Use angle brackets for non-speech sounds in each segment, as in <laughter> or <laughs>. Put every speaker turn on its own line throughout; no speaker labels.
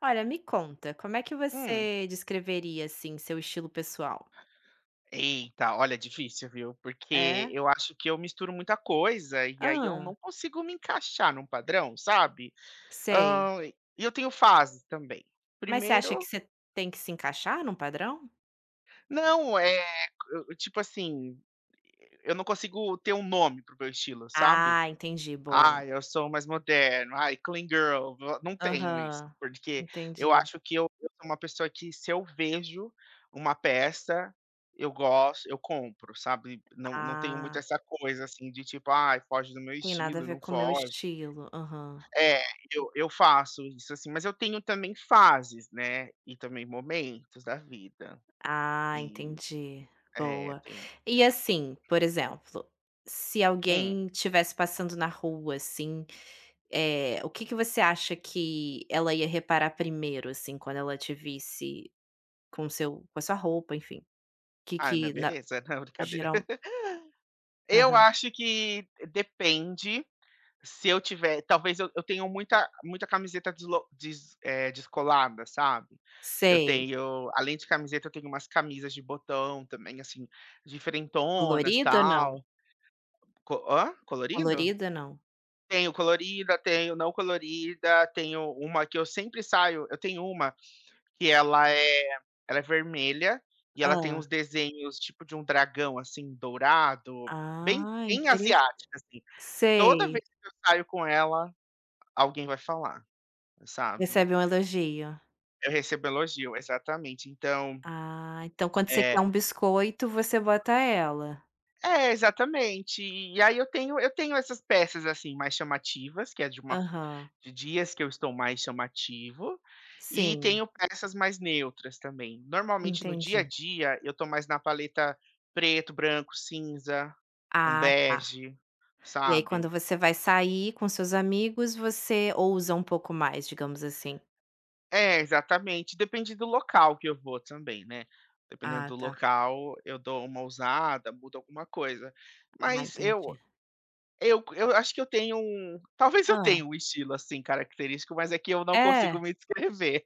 Olha, me conta, como é que
Hum,
você descreveria, assim, seu estilo pessoal?
olha, difícil, viu? Porque
É?
eu acho que eu misturo muita coisa e aí eu não
Ah,
consigo me encaixar num padrão, sabe?
sei.
Hã, e eu tenho fases também.
Mas você acha que
Primeiro,
você tem que se encaixar num padrão?
não, é, tipo assim, eu não consigo ter um nome pro meu estilo, sabe?
Ah, entendi. Bom.
Ah, eu sou mais moderno, ai, clean girl, vo não tenho isso,
Aham,
porque eu
entendi.
acho que eu sou uma pessoa que se eu vejo uma peça, eu gosto, eu compro, sabe. Não tenho muito
Ah,
essa coisa, assim, de tipo: "Ai, foge do meu
tem nada a
estilo,
ver
não
com o meu
foge".
estilo. Aham.
É, eu faço isso, assim, mas eu tenho também fases, né, e também momentos da vida.
Ah,
E
entendi,
é,
boa.
tem um.
E assim, por exemplo, se
Hum.
alguém estivesse passando na rua, assim, o que que você acha que ela ia reparar primeiro, assim, quando ela te visse com a sua roupa, enfim? O que
Ah, minha
que na
beleza. <laughs> Não, brincadeira.
geral.
Eu
Aham.
acho que depende. Se eu tiver talvez eu tenho muita muita camiseta descolada, sabe. Eu
Sei.
tenho, além de camiseta, eu tenho umas camisas de botão também, assim, diferentonas,
Colorida, não?
tal. Co hã? Colorido?
Colorida, não?
Tenho colorida, tenho não colorida, tenho uma que eu sempre saio, eu tenho uma que ela é vermelha e ela tem
Hã.
uns desenhos tipo de um dragão, assim, dourado, bem
Ah,
bem
interes
asiática, assim. Toda
sei.
vez que eu saio com ela, alguém vai falar. Sabe?
Recebe um elogio.
Eu recebo elogio, exatamente. Então,
Ah, então quando você
é,
quer um biscoito, você bota ela.
é, exatamente. E aí eu tenho essas peças, assim, mais chamativas, que é de uma
Aham.
de dias que eu estou mais chamativo, e
Sim,
tenho peças mais neutras também. Normalmente, no dia a
entendi.
dia, eu tô mais na paleta preto, branco, cinza, um
Ah, tá.
bege,
E aí
sabe?
quando você vai sair com seus amigos, você ousa um pouco mais, digamos assim.
É, exatamente. Depende do local que eu vou também, né. Dependendo
Ah,
do
tá.
local, eu dou uma ousada, mudo alguma coisa.
Ah,
Mas eu
entendi.
eu eu acho que eu tenho um, talvez eu
Hã.
tenha um estilo, assim, característico, mas é que eu não consigo
É,
me descrever.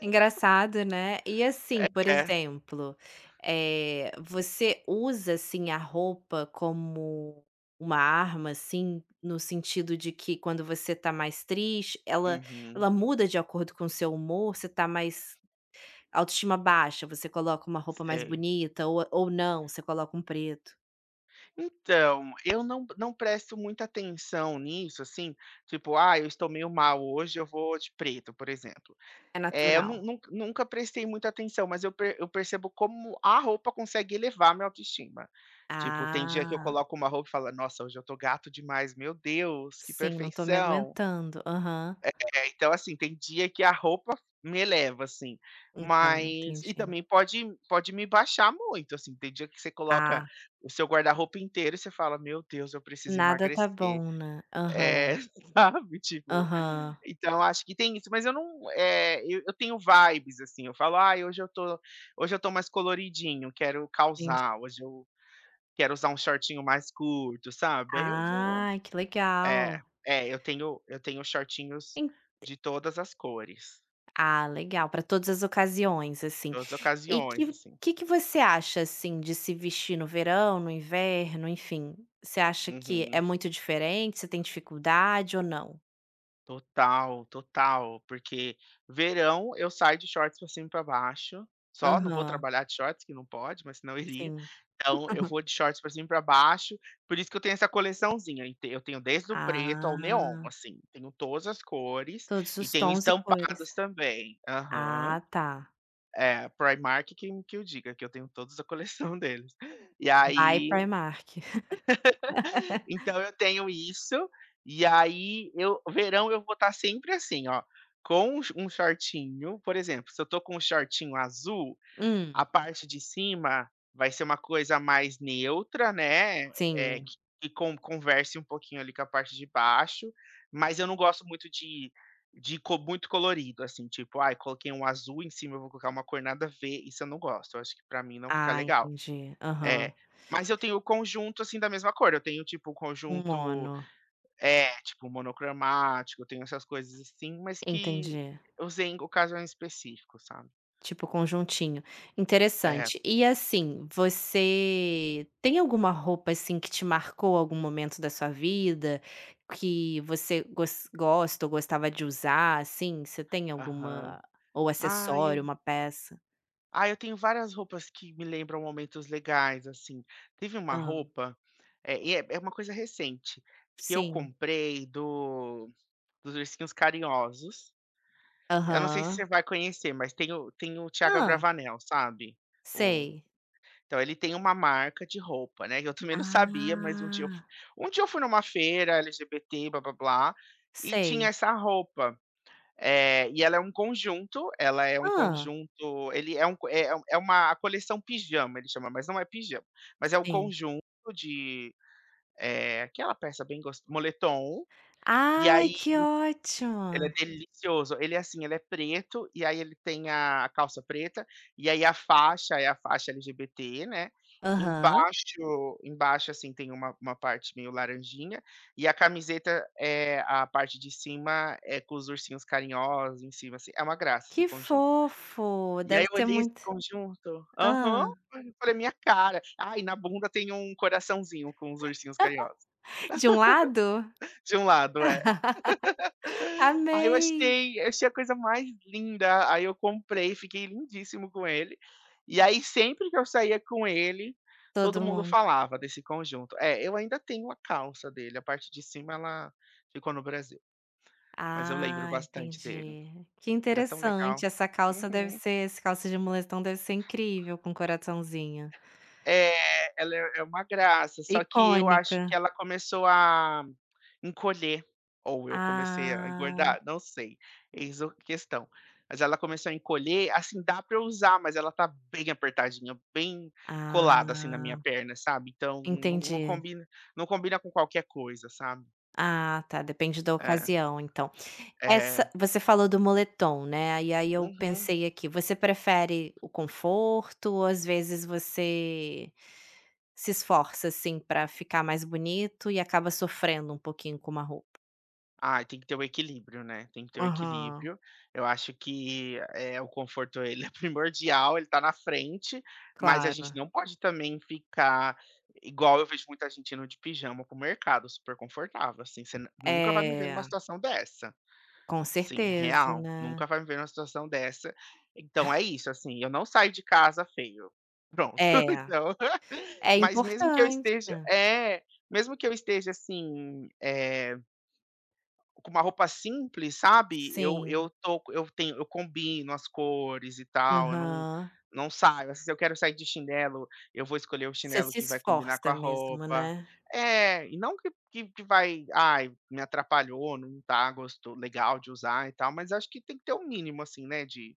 engraçado, né. E assim,
<laughs>
por
É.
exemplo, você usa, assim, a roupa como uma arma, assim, no sentido de que quando você tá mais triste, ela
Uhum.
ela muda de acordo com o seu humor? Você tá mais autoestima baixa, você coloca uma roupa mais
Sei.
bonita, ou não, você coloca um preto?
Então, eu não presto muita atenção nisso, assim, tipo: "Ah, eu estou meio mal hoje, eu vou de preto", por exemplo.
É
É, eu
natural?
nun nun nunca prestei muita atenção, mas eu percebo como a roupa consegue elevar minha autoestima. Tipo, tem dia que eu
Ah,
coloco uma roupa e falo: "Nossa, hoje eu tô gato demais, meu Deus, que
sim, não tô me
perfeição".
aguentando. Aham.
É, então, assim, tem dia que a roupa me eleva, assim,
Então,
mas e
entendi.
também pode me baixar muito, assim, tem dia que você coloca
Ah,
o seu guarda-roupa inteiro e você fala: "Meu Deus, eu preciso
nada tá
emagrecer".
bom, né.
É,
Aham,
<laughs> sabe, tipo,
aham,
então acho que tem isso, mas eu não, eu tenho vibes, assim, eu falo: "Ai, hoje eu tô mais coloridinho, quero
entendi.
causar, hoje eu quero usar um shortinho mais curto", sabe. Aí eu vou,
Ah, que
é,
legal.
é, eu tenho shortinhos
En
de todas as cores,
ah, legal, para todas as ocasiões, assim.
todas as
E
ocasiões,
que
assim.
que que você acha, assim, de se vestir no verão, no inverno, enfim, você acha que é
Uhum.
muito diferente, você tem dificuldade ou não?
Total, total, porque verão eu saio de shorts pra cima e pra baixo, só, não vou
Aham,
trabalhar de shorts, que não pode, mas senão eu iria.
sim.
Então eu vou de shorts pra cima e pra baixo, por isso que eu tenho essa coleçãozinha, e eu tenho desde o preto ao neon,
Ah,
assim, tenho todas as cores
todos
e
os
tenho
tons e cores.
estampados também. Aham.
Ah, tá.
É, Primark que eu diga, que eu tenho todos a coleção <laughs> deles. E
By
aí
Primark.
então eu tenho isso, e aí eu, verão, eu vou estar sempre assim, ó, com um shortinho, por exemplo, se eu tô com um shortinho azul, a
Hum,
parte de cima vai ser uma coisa mais neutra, né, eh,
sim.
que con converse um pouquinho ali com a parte de baixo, mas eu não gosto muito de co muito colorido, assim, tipo: "Ai, coloquei um azul em cima, eu vou colocar uma cor nada a ver", isso eu não gosto, eu acho que pra mim não fica
Ah,
legal.
entendi. Aham.
É, mas eu tenho o conjunto, assim, da mesma cor, eu tenho, tipo, o
Um
conjunto,
mono,
é tipo, monocromático, eu tenho essas coisas assim, mas que
Entendi.
eu usei em ocasiões específicas, sabe.
Tipo conjuntinho.
É,
Interessante. E assim, você tem alguma roupa, assim, que te marcou algum momento da sua vida, que você gosta ou gostava de usar, assim? Você tem
aham.
alguma ou
Ai, eu
acessório, uma peça?
ai, eu tenho várias roupas que me lembram momentos legais, assim. Teve uma
Hã.
roupa, e é uma coisa recente, que eu
Sim.
comprei do dos Ursinhos Carinhosos. Eu não sei se você
Aham.
vai conhecer, mas tem o Thiago
Ah,
Abravanel, sabe?
sei.
Então ele tem uma marca de roupa, né, eu também não sabia, mas
Ah,
um dia eu fui numa feira LGBT blá-blá-blá, e tinha
sei.
essa roupa, e ela é um conjunto, ela é um
Ah,
conjunto ele é um co- é é uma a coleção pijama, ele chama, mas não é pijama, mas é um
sim.
conjunto de, eh, aquela peça bem gos moletom, e
Ai,
aí
que
ele é
ótimo.
delicioso. Ele é assim, ele é preto, e aí ele tem a calça preta, e aí a faixa LGBT, né.
Aham.
Embaixo, assim, tem uma parte meio laranjinha, e a camiseta, a parte de cima é com os ursinhos carinhosos em cima, assim. É uma graça esse
Que
conjunto.
fofo,
E aí
deve
eu
ser
olhei esse
muito
conjunto, aham.
hã.
Eu falei: "Minha cara". Ai, na bunda tem um coraçãozinho com os ursinhos carinhosos.
De um lado?
De um lado, é. Aí
Amei.
eu achei a coisa mais linda, aí eu comprei, fiquei lindíssimo com ele. E aí sempre que eu saía com ele, todo
Todo
mundo
mundo.
falava desse conjunto. É, eu ainda tenho a calça dele, a parte de cima ela ficou no Brasil, mas eu lembro
Ah,
bastante dele.
entendi. Que
Era tão legal.
interessante,
Uhum.
essa calça de moletom deve ser incrível com coraçãozinho.
É, ela é uma graça, só que eu acho
Icônica.
que ela começou a encolher, ou eu comecei a
Ah,
engordar, não sei, eis o questão. Mas ela começou a encolher, assim, dá pra eu usar, mas ela tá bem apertadinha, bem colada, assim, na minha
ah,
perna, sabe. Então
entendi.
não combina com qualquer coisa, sabe.
Ah, tá, depende da
É,
ocasião então.
é.
Essa você falou do moletom, né, e aí eu
Uhum.
pensei aqui, você prefere o conforto ou às vezes você se esforça, assim, pra ficar mais bonito e acaba sofrendo um pouquinho com uma roupa?
Ah, tem que ter o equilíbrio, né, tem que ter o
Aham,
equilíbrio. Eu acho que, é, o conforto ele é <laughs> primordial, ele tá na frente, mas a gente
claro.
não pode também ficar, igual eu vejo muita gente indo de pijama pro mercado, super confortável, assim, você nu nunca vai me ver numa
É,
situação dessa.
com
Sim,
certeza,
real,
né.
nunca vai me ver numa situação dessa. Então é isso, assim, eu não saio de casa feio. Pronto,
É,
<laughs> então,
é
mas
importante.
mesmo que eu esteja assim, com uma roupa simples, sabe,
Sim,
eu tô eu tenho eu combino as cores e tal, eu
aham.
não saio, assim, se eu quero sair de chinelo, eu vou escolher o
Você
chinelo
se
que vai combinar com
esforça
a
mesmo,
roupa.
né.
É, e não que vai: "Ai, me atrapalhou, não tá gosto legal de usar e tal", mas acho que tem que ter um mínimo, assim, né, de,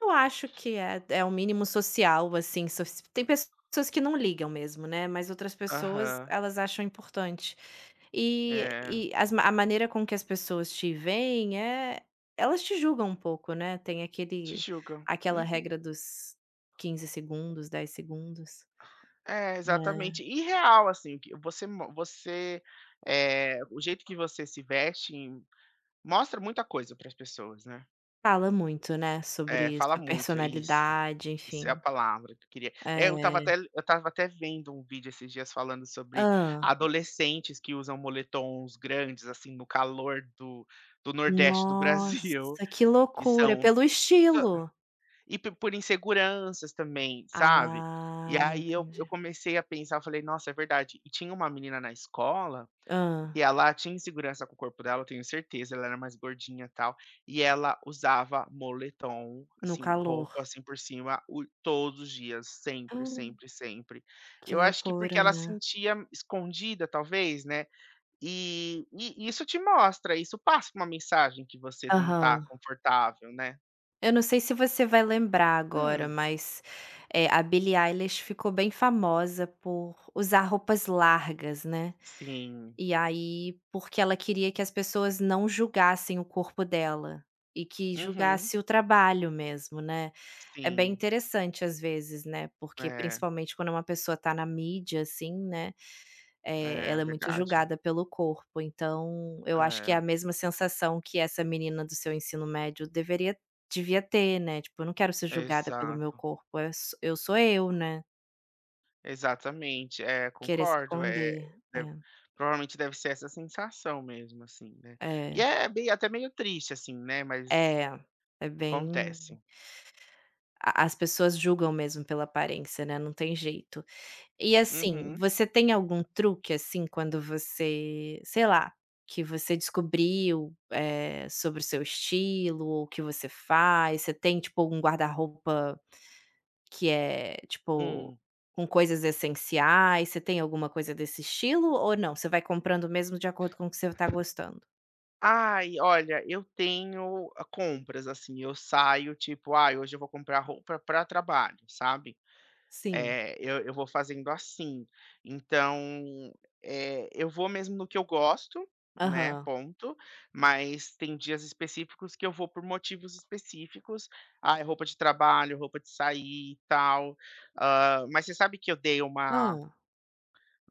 Eu acho que é o mínimo social, assim, soci tem pessoas que não ligam mesmo, né, mas outras pessoas,
aham,
elas acham importante. E
é,
e a maneira com que as pessoas te veem é, elas te julgam um pouco, né, tem
te
aquele
julgam.
aquela
Uhum.
regra dos quinze segundos, dez segundos,
É,
né.
exatamente. E real, assim, que você mo você, eh, o jeito que você se veste mostra muita coisa para as pessoas, né.
Fala muito, né,
É,
sobre
fala
sua
muito, isso,
personalidade,
isso é a
enfim.
palavra que eu queria. É,
É.
eu estava até vendo um vídeo esses dias falando sobre
Hã.
adolescentes que usam moletons grandes, assim, no calor do nordeste do Brasil,
Nossa, que
<laughs> que
loucura,
são
pelo estilo.
e p por inseguranças também, sabe. E
Ah,
aí eu
entendi.
comecei a pensar, eu falei: "Nossa, é verdade". E tinha uma menina na escola.
Hã,
E ela tinha insegurança com o corpo dela, eu tenho certeza, ela era mais gordinha, e tal, e ela usava moletom,
no
assim,
calor.
roupa assim por cima, o todos os dias, sempre,
Hum,
sempre, sempre.
que
Eu acho que porque
loucura,
ela se
né.
sentia escondida, talvez, né, e isso te mostra, isso passa uma mensagem que você não tá
Aham.
confortável, né.
Eu não sei se você vai lembrar agora,
Hum,
mas a Billie Eilish ficou bem famosa por usar roupas largas, né.
sim.
E aí, porque ela queria que as pessoas não julgassem o corpo dela, e que
Uhum,
julgasse o trabalho mesmo, né. É bem
sim.
interessante às vezes, né, porque
É,
principalmente quando uma pessoa tá na mídia, assim, né.
é
Ela é muito
verdade.
julgada pelo corpo, então eu acho que é
É,
a mesma sensação que essa menina do seu ensino médio deveria devia ter, né, tipo: "Eu não quero ser julgada pelo meu
exato.
corpo, é so eu sou eu, né".
Exatamente, é,
Querer se
concordo, é,
esconder.
deve, provavelmente deve ser essa sensação mesmo, assim, né.
É,
E
é,
é bem até meio triste, assim, né, mas
é, é, bem,
acontece.
a as pessoas julgam mesmo pela aparência, né, não tem jeito. E assim,
Uhum.
você tem algum truque, assim, quando você, sei lá, que você descobriu, sobre o seu estilo ou o que você faz? Você tem, tipo, um guarda-roupa que é, tipo,
Hum.
com coisas essenciais? Você tem alguma coisa desse estilo ou não? Você vai comprando mesmo de acordo com o que você tá gostando?
Ai, olha, eu tenho, ah, compras, assim, eu saio, tipo: "Ai, hoje eu vou comprar roupa para trabalho", sabe.
Sim.
É, eu vou fazendo assim. Então, eu vou mesmo no que eu gosto, né,
Aham.
ponto, mas tem dias específicos que eu vou por motivos específicos. Ah, é roupa de trabalho, roupa de sair e tal. Hã, mas você sabe que eu dei uma,
Ah.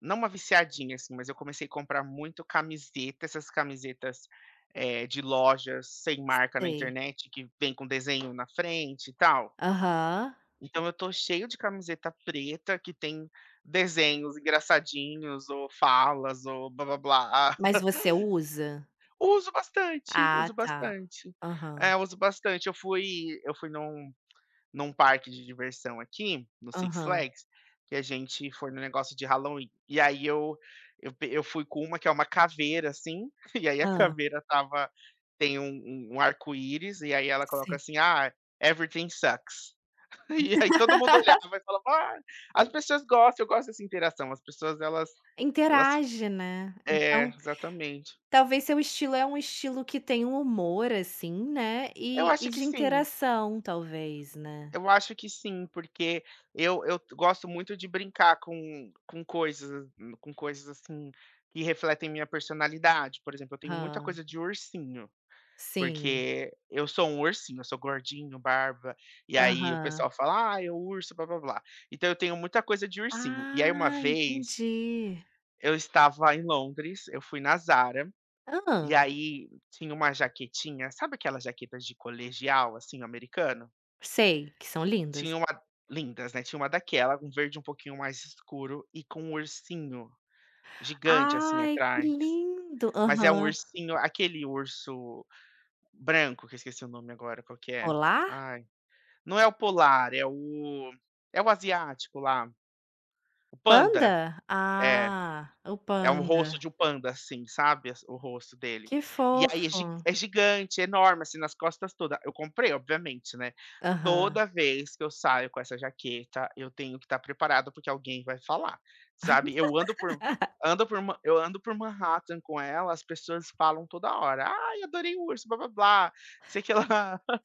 não, uma viciadinha, assim, mas eu comecei a comprar muito camiseta, essas camisetas, de lojas sem marca na
Sei.
internet que vem com desenho na frente e tal.
Aham.
Então eu tô cheio de camiseta preta que tem desenhos engraçadinhos ou falas ou blá blá blá.
Mas
<laughs>
você usa?
Uso bastante,
Ah,
uso
tá.
bastante.
Aham,
É, uso bastante. Eu fui num parque de diversão aqui, no Six
aham.
Flags, que a gente foi no negócio de Halloween. E aí eu fui com uma que é uma caveira, assim, <laughs> e aí a
Ah.
caveira tava, tem um arco-íris, e aí ela coloca
Sim.
assim: "Ah, everything sucks". <laughs> E aí todo mundo olhava e falava: "Ah, as pessoas gostam, eu gosto dessa interação, as pessoas elas elas",
Interage, né.
é,
Então,
exatamente.
talvez seu estilo é um estilo que tem um humor, assim, né,
Eu
e
acho
e
que
de
sim,
interação talvez, né.
eu acho que sim, porque eu gosto muito de brincar com coisas, assim, que refletem minha personalidade, por exemplo, eu tenho muita
Hã.
coisa de ursinho,
Sim.
porque eu sou um ursinho, eu sou gordinho, barba, e aí o
Aham.
pessoal fala: "Ah, eu o urso, blá-blá-blá". Então eu tenho muita coisa de ursinho. E aí uma
Ah,
vez
entendi.
eu estava em Londres, eu fui na Zara, e
Ah,
aí tinha uma jaquetinha, sabe aquelas jaquetas de colegial, assim, americano?
sei, que são lindas.
Tinha uma Lindas, né, tinha uma daquela, um verde um pouquinho mais escuro e com um ursinho gigante, assim,
Ai, que
atrás.
lindo.
Mas é um
Aham.
ursinho, aquele urso branco, que eu esqueci o nome agora, qual que é?
Olá.
Ai, não é o polar, é o é o asiático lá, o panda.
Panda?
É.
Ah, o
É um rosto
panda.
de um panda, assim, sabe, as, o rosto dele.
Que
E aí é
fofo.
gi é gigante, é enorme, assim, nas costas toda. Eu comprei, obviamente, né.
Aham.
Toda vez que eu saio com essa jaqueta, eu tenho que estar preparado, porque alguém vai falar, sabe. Eu ando por Manhattan com ela, as pessoas falam toda hora: "Ai, adorei o urso, blá-blá-blá, sei que lá".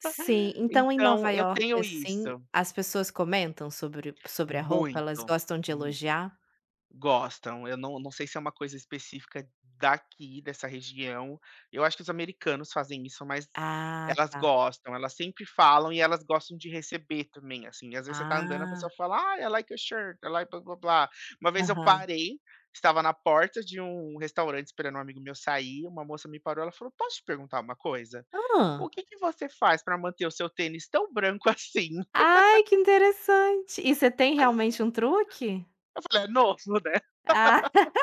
Sim, então em
Então
Nova
eu
York,
tenho
assim,
isso,
as pessoas comentam sobre a roupa? Elas
muito.
gostam de elogiar?
Gostam. Eu não sei se é uma coisa específica daqui, dessa região. Eu acho que os americanos fazem isso, mas
Ah,
elas
tá.
gostam, elas sempre falam e elas gostam de receber também, assim. Às vezes você tá andando, a pessoa
Ah,
fala: "Ah, I like your shirt, I like blá blá blá". Uma vez eu
aham.
parei, estava na porta de um restaurante esperando um amigo meu sair, uma moça me parou, ela falou: "Posso te perguntar uma coisa? O
Ah,
que que você faz para manter o seu tênis tão branco assim?" <laughs>
ai, que interessante. E você tem realmente um truque?
Eu falei: "É novo, né?"
Ah. <laughs>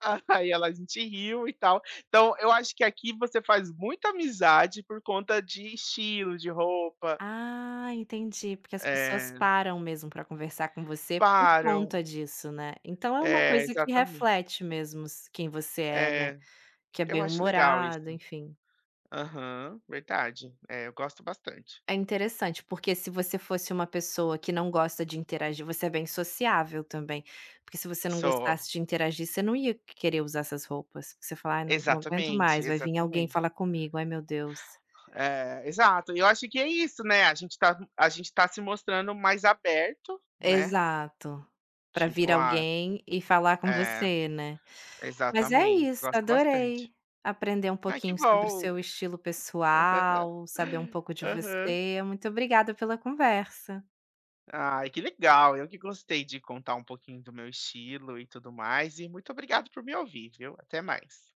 <laughs> Aí ela, a gente riu e tal. Então, eu acho que aqui você faz muita amizade por conta de estilo, de roupa,
Ah, entendi, porque as pessoas
eh,
param mesmo para conversar com você por
param.
conta disso, né. Então é uma
É,
coisa que
exatamente.
reflete mesmo s quem você é, né,
É,
que é
eu acho legal isso.
bem-humorado, enfim.
Aham, verdade. É, eu gosto bastante.
É interessante, porque se você fosse uma pessoa que não gosta de interagir, você é bem sociável também, porque se você não
Só.
gostasse de interagir, você não ia querer usar essas roupas. Você fala: "Ai, não, não aguento
Exatamente,
mais, vai vir alguém
exatamente.
falar comigo, ai meu Deus".
É, exato. E eu acho que é isso, né, a gente tá se mostrando mais aberto, né,
Exato, pra vir
tipo, ah
alguém e falar com
é,
você, né. Mas é
exatamente,
isso,
gosto
adorei
bastante.
aprender um
Ai, que
pouquinho sobre o
bom.
seu estilo pessoal, saber um pouco de
Aham.
você. Muito obrigada pela conversa.
Ai, que legal. Eu que gostei de contar um pouquinho do meu estilo e tudo mais. E muito obrigado por me ouvir, viu? Até mais.